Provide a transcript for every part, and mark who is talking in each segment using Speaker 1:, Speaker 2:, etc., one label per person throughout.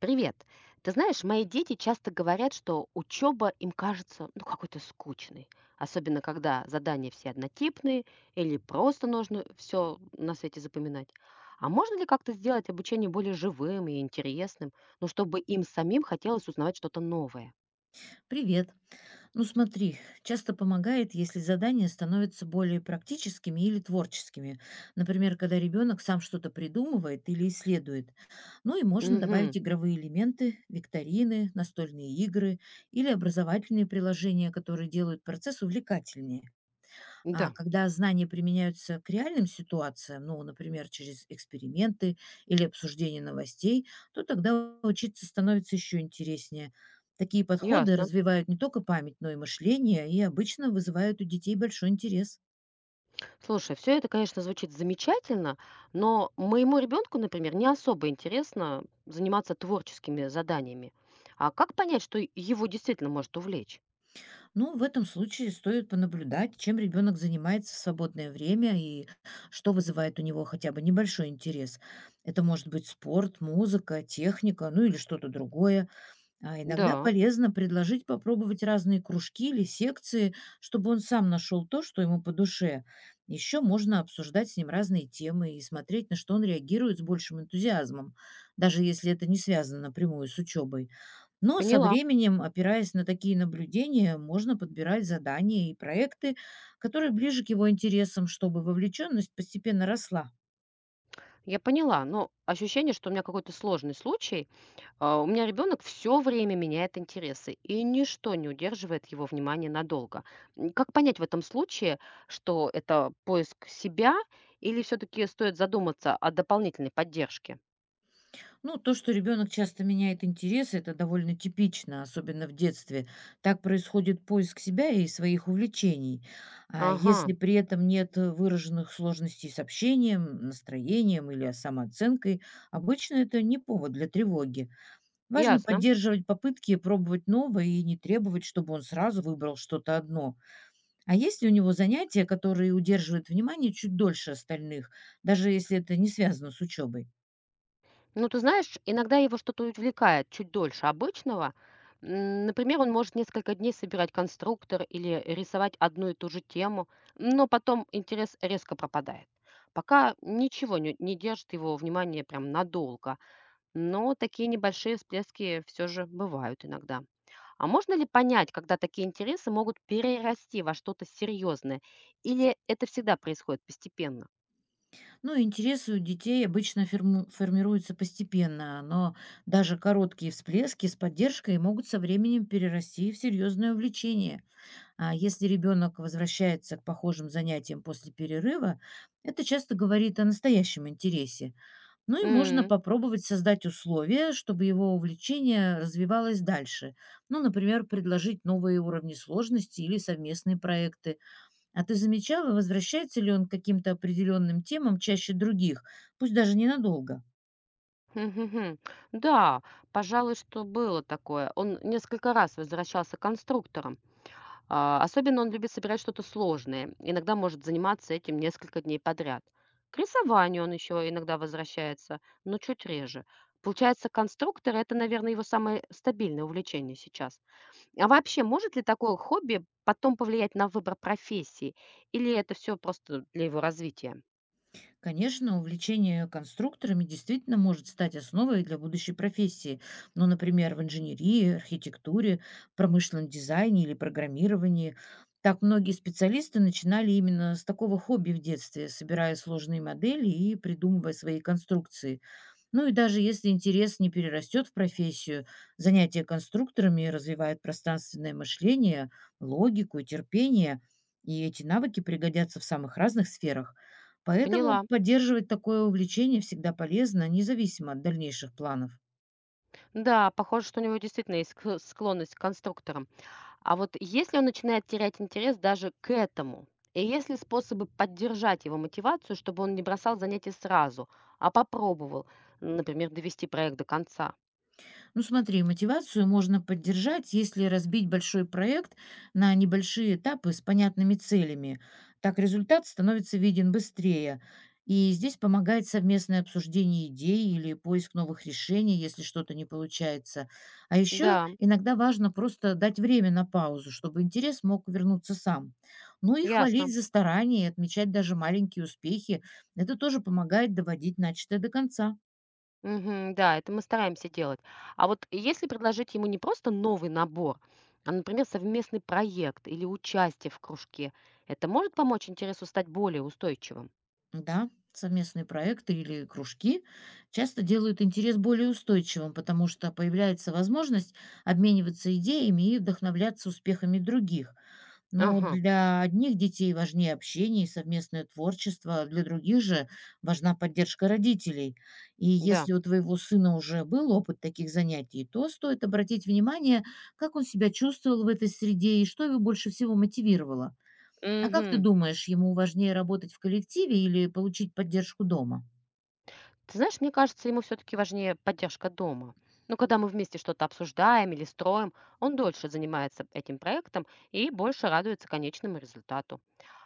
Speaker 1: Привет. Ты знаешь, мои дети часто говорят, что учеба им кажется какой-то скучной. Особенно, когда задания все однотипные или просто нужно все на свете запоминать. А можно ли как-то сделать обучение более живым и интересным, ну, чтобы им самим хотелось узнавать что-то новое?
Speaker 2: Привет. Ну смотри, часто помогает, если задания становятся более практическими или творческими. Например, когда ребенок сам что-то придумывает или исследует. Ну и можно
Speaker 1: Угу,
Speaker 2: добавить игровые элементы, викторины, настольные игры или образовательные приложения, которые делают процесс увлекательнее. А
Speaker 1: да,
Speaker 2: когда знания применяются к реальным ситуациям, ну, например, через эксперименты или обсуждение новостей, то тогда учиться становится еще интереснее. Такие подходы
Speaker 1: ясно.
Speaker 2: развивают не только память, но и мышление, и обычно вызывают у детей большой интерес.
Speaker 1: Слушай, все это, конечно, звучит замечательно, но моему ребенку, например, не особо интересно заниматься творческими заданиями. А как понять, что его действительно может увлечь?
Speaker 2: Ну, в этом случае стоит понаблюдать, чем ребенок занимается в свободное время и что вызывает у него хотя бы небольшой интерес. Это может быть спорт, музыка, техника, ну или что-то другое. А иногда
Speaker 1: Да,
Speaker 2: полезно предложить попробовать разные кружки или секции, чтобы он сам нашел то, что ему по душе. Еще можно обсуждать с ним разные темы и смотреть, на что он реагирует с большим энтузиазмом, даже если это не связано напрямую с учебой. Но со
Speaker 1: поняла.
Speaker 2: временем, опираясь на такие наблюдения, можно подбирать задания и проекты, которые ближе к его интересам, чтобы вовлеченность постепенно росла.
Speaker 1: Я поняла, но ощущение, что у меня какой-то сложный случай. У меня ребенок все время меняет интересы, и ничто не удерживает его внимание надолго. Как понять в этом случае, что это поиск себя, или все-таки стоит задуматься о дополнительной поддержке?
Speaker 2: Ну, то, что ребенок часто меняет интересы, это довольно типично, особенно в детстве. Так происходит поиск себя и своих увлечений. А
Speaker 1: Ага,
Speaker 2: если при этом нет выраженных сложностей с общением, настроением или самооценкой, обычно это не повод для тревоги. Важно
Speaker 1: ясно.
Speaker 2: поддерживать попытки пробовать новое и не требовать, чтобы он сразу выбрал что-то одно. А есть ли у него занятия, которые удерживают внимание чуть дольше остальных, даже если это не связано с учебой?
Speaker 1: Ну, ты знаешь, иногда его что-то увлекает чуть дольше обычного. Например, он может несколько дней собирать конструктор или рисовать одну и ту же тему, но потом интерес резко пропадает. Пока ничего не держит его внимание прям надолго, но такие небольшие всплески все же бывают иногда. А можно ли понять, когда такие интересы могут перерасти во что-то серьезное? Или это всегда происходит постепенно?
Speaker 2: Ну, интересы у детей обычно формируются постепенно, но даже короткие всплески с поддержкой могут со временем перерасти в серьезное увлечение. А если ребенок возвращается к похожим занятиям после перерыва, это часто говорит о настоящем интересе. Ну и можно попробовать создать условия, чтобы его увлечение развивалось дальше. Ну, например, предложить новые уровни сложности или совместные проекты. А ты замечала, возвращается ли он к каким-то определенным темам чаще других, пусть даже ненадолго?
Speaker 1: Мгм. Да, пожалуй, что было такое. Он несколько раз возвращался к конструкторам. Особенно он любит собирать что-то сложное. Иногда может заниматься этим несколько дней подряд. К рисованию он еще иногда возвращается, но чуть реже. Получается, конструктор — это, наверное, его самое стабильное увлечение сейчас. А вообще, может ли такое хобби потом повлиять на выбор профессии? Или это все просто для его развития?
Speaker 2: Конечно, увлечение конструкторами действительно может стать основой для будущей профессии. Ну, например, в инженерии, архитектуре, промышленном дизайне или программировании. Так многие специалисты начинали именно с такого хобби в детстве, собирая сложные модели и придумывая свои конструкции. Ну и даже если интерес не перерастет в профессию, занятие конструкторами развивает пространственное мышление, логику, терпение, и эти навыки пригодятся в самых разных сферах. Поэтому
Speaker 1: Поняла.
Speaker 2: поддерживать такое увлечение всегда полезно, независимо от дальнейших планов.
Speaker 1: Да, похоже, что у него действительно есть склонность к конструкторам. А вот если он начинает терять интерес даже к этому, и есть ли способы поддержать его мотивацию, чтобы он не бросал занятия сразу, а попробовал, например, довести проект до конца?
Speaker 2: Ну смотри, мотивацию можно поддержать, если разбить большой проект на небольшие этапы с понятными целями. Так результат становится виден быстрее. И здесь помогает совместное обсуждение идей или поиск новых решений, если что-то не получается. А еще
Speaker 1: Да,
Speaker 2: иногда важно просто дать время на паузу, чтобы интерес мог вернуться сам. Ну и
Speaker 1: ясно.
Speaker 2: хвалить за старания, и отмечать даже маленькие успехи. Это тоже помогает доводить начатое до конца.
Speaker 1: Мгм, да, это мы стараемся делать. А вот если предложить ему не просто новый набор, а, например, совместный проект или участие в кружке, это может помочь интересу стать более устойчивым?
Speaker 2: Да, совместные проекты или кружки часто делают интерес более устойчивым, потому что появляется возможность обмениваться идеями и вдохновляться успехами других. Но
Speaker 1: Ага,
Speaker 2: для одних детей важнее общение и совместное творчество, а для других же важна поддержка родителей. И
Speaker 1: да.
Speaker 2: если у твоего сына уже был опыт таких занятий, то стоит обратить внимание, как он себя чувствовал в этой среде и что его больше всего мотивировало. А как ты
Speaker 1: Угу.
Speaker 2: думаешь, ему важнее работать в коллективе или получить поддержку дома?
Speaker 1: Ты знаешь, мне кажется, ему все-таки важнее поддержка дома. Но когда мы вместе что-то обсуждаем или строим, он дольше занимается этим проектом и больше радуется конечному результату.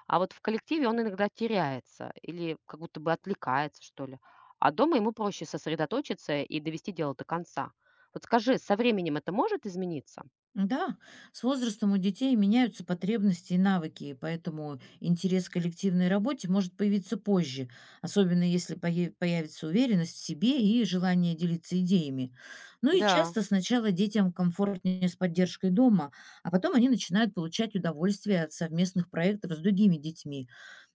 Speaker 1: А вот в коллективе он иногда теряется или как будто бы отвлекается, что ли. А дома ему проще сосредоточиться и довести дело до конца. Вот скажи, со временем это может измениться?
Speaker 2: Да, с возрастом у детей меняются потребности и навыки, и поэтому интерес к коллективной работе может появиться позже, особенно если появится уверенность в себе и желание делиться идеями. Ну и
Speaker 1: Да,
Speaker 2: часто сначала детям комфортнее с поддержкой дома, а потом они начинают получать удовольствие от совместных проектов с другими детьми.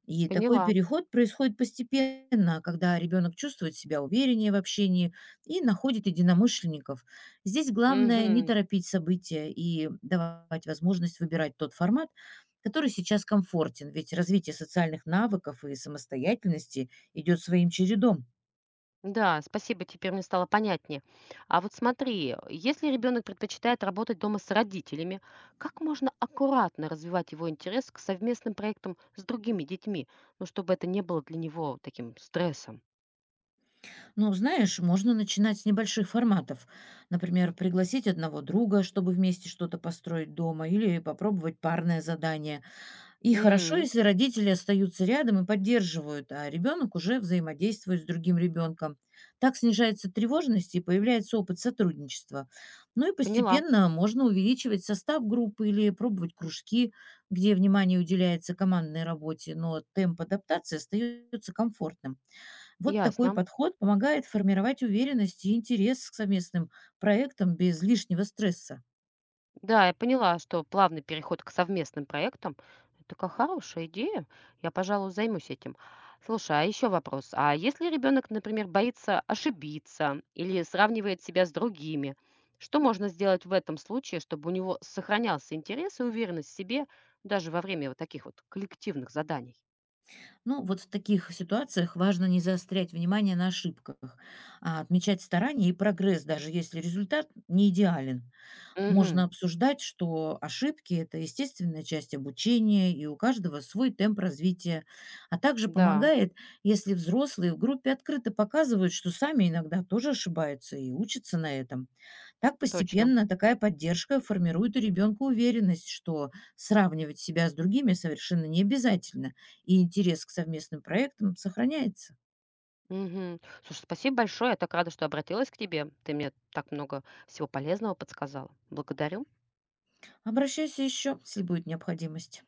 Speaker 2: И такой
Speaker 1: поняла.
Speaker 2: переход происходит постепенно, когда ребенок чувствует себя увереннее в общении и находит единомышленников. Здесь главное не
Speaker 1: Мгм.
Speaker 2: торопить события и давать возможность выбирать тот формат, который сейчас комфортен, ведь развитие социальных навыков и самостоятельности идет своим чередом.
Speaker 1: Да, спасибо, теперь мне стало понятнее. А вот смотри, если ребенок предпочитает работать дома с родителями, как можно аккуратно развивать его интерес к совместным проектам с другими детьми, ну, чтобы это не было для него таким стрессом?
Speaker 2: Ну, знаешь, можно начинать с небольших форматов. Например, пригласить одного друга, чтобы вместе что-то построить дома, или попробовать парное задание. И хорошо,
Speaker 1: М,
Speaker 2: если родители остаются рядом и поддерживают, а ребенок уже взаимодействует с другим ребенком. Так снижается тревожность и появляется опыт сотрудничества. Ну и
Speaker 1: поняла,
Speaker 2: постепенно можно увеличивать состав группы или пробовать кружки, где внимание уделяется командной работе, но темп адаптации остается комфортным. Вот такой
Speaker 1: ясно.
Speaker 2: подход помогает формировать уверенность и интерес к совместным проектам без лишнего стресса.
Speaker 1: Да, я поняла, что плавный переход к совместным проектам — это такая хорошая идея. Я, пожалуй, займусь этим. Слушай, а еще вопрос. А если ребенок, например, боится ошибиться или сравнивает себя с другими, что можно сделать в этом случае, чтобы у него сохранялся интерес и уверенность в себе даже во время вот таких вот коллективных заданий?
Speaker 2: Ну, вот в таких ситуациях важно не заострять внимание на ошибках, а отмечать старания и прогресс, даже если результат не идеален. Можно
Speaker 1: Угу,
Speaker 2: обсуждать, что ошибки– это естественная часть обучения, и у каждого свой темп развития. А также
Speaker 1: да,
Speaker 2: помогает, если взрослые в группе открыто показывают, что сами иногда тоже ошибаются и учатся на этом. Так
Speaker 1: точно.
Speaker 2: постепенно такая поддержка формирует у ребенка уверенность, что сравнивать себя с другими совершенно не обязательно, и интерес к совместным проектам сохраняется.
Speaker 1: Угу. Слушай, спасибо большое. Я так рада, что обратилась к тебе. Ты мне так много всего полезного подсказала. Благодарю.
Speaker 2: Обращайся еще, если будет необходимость.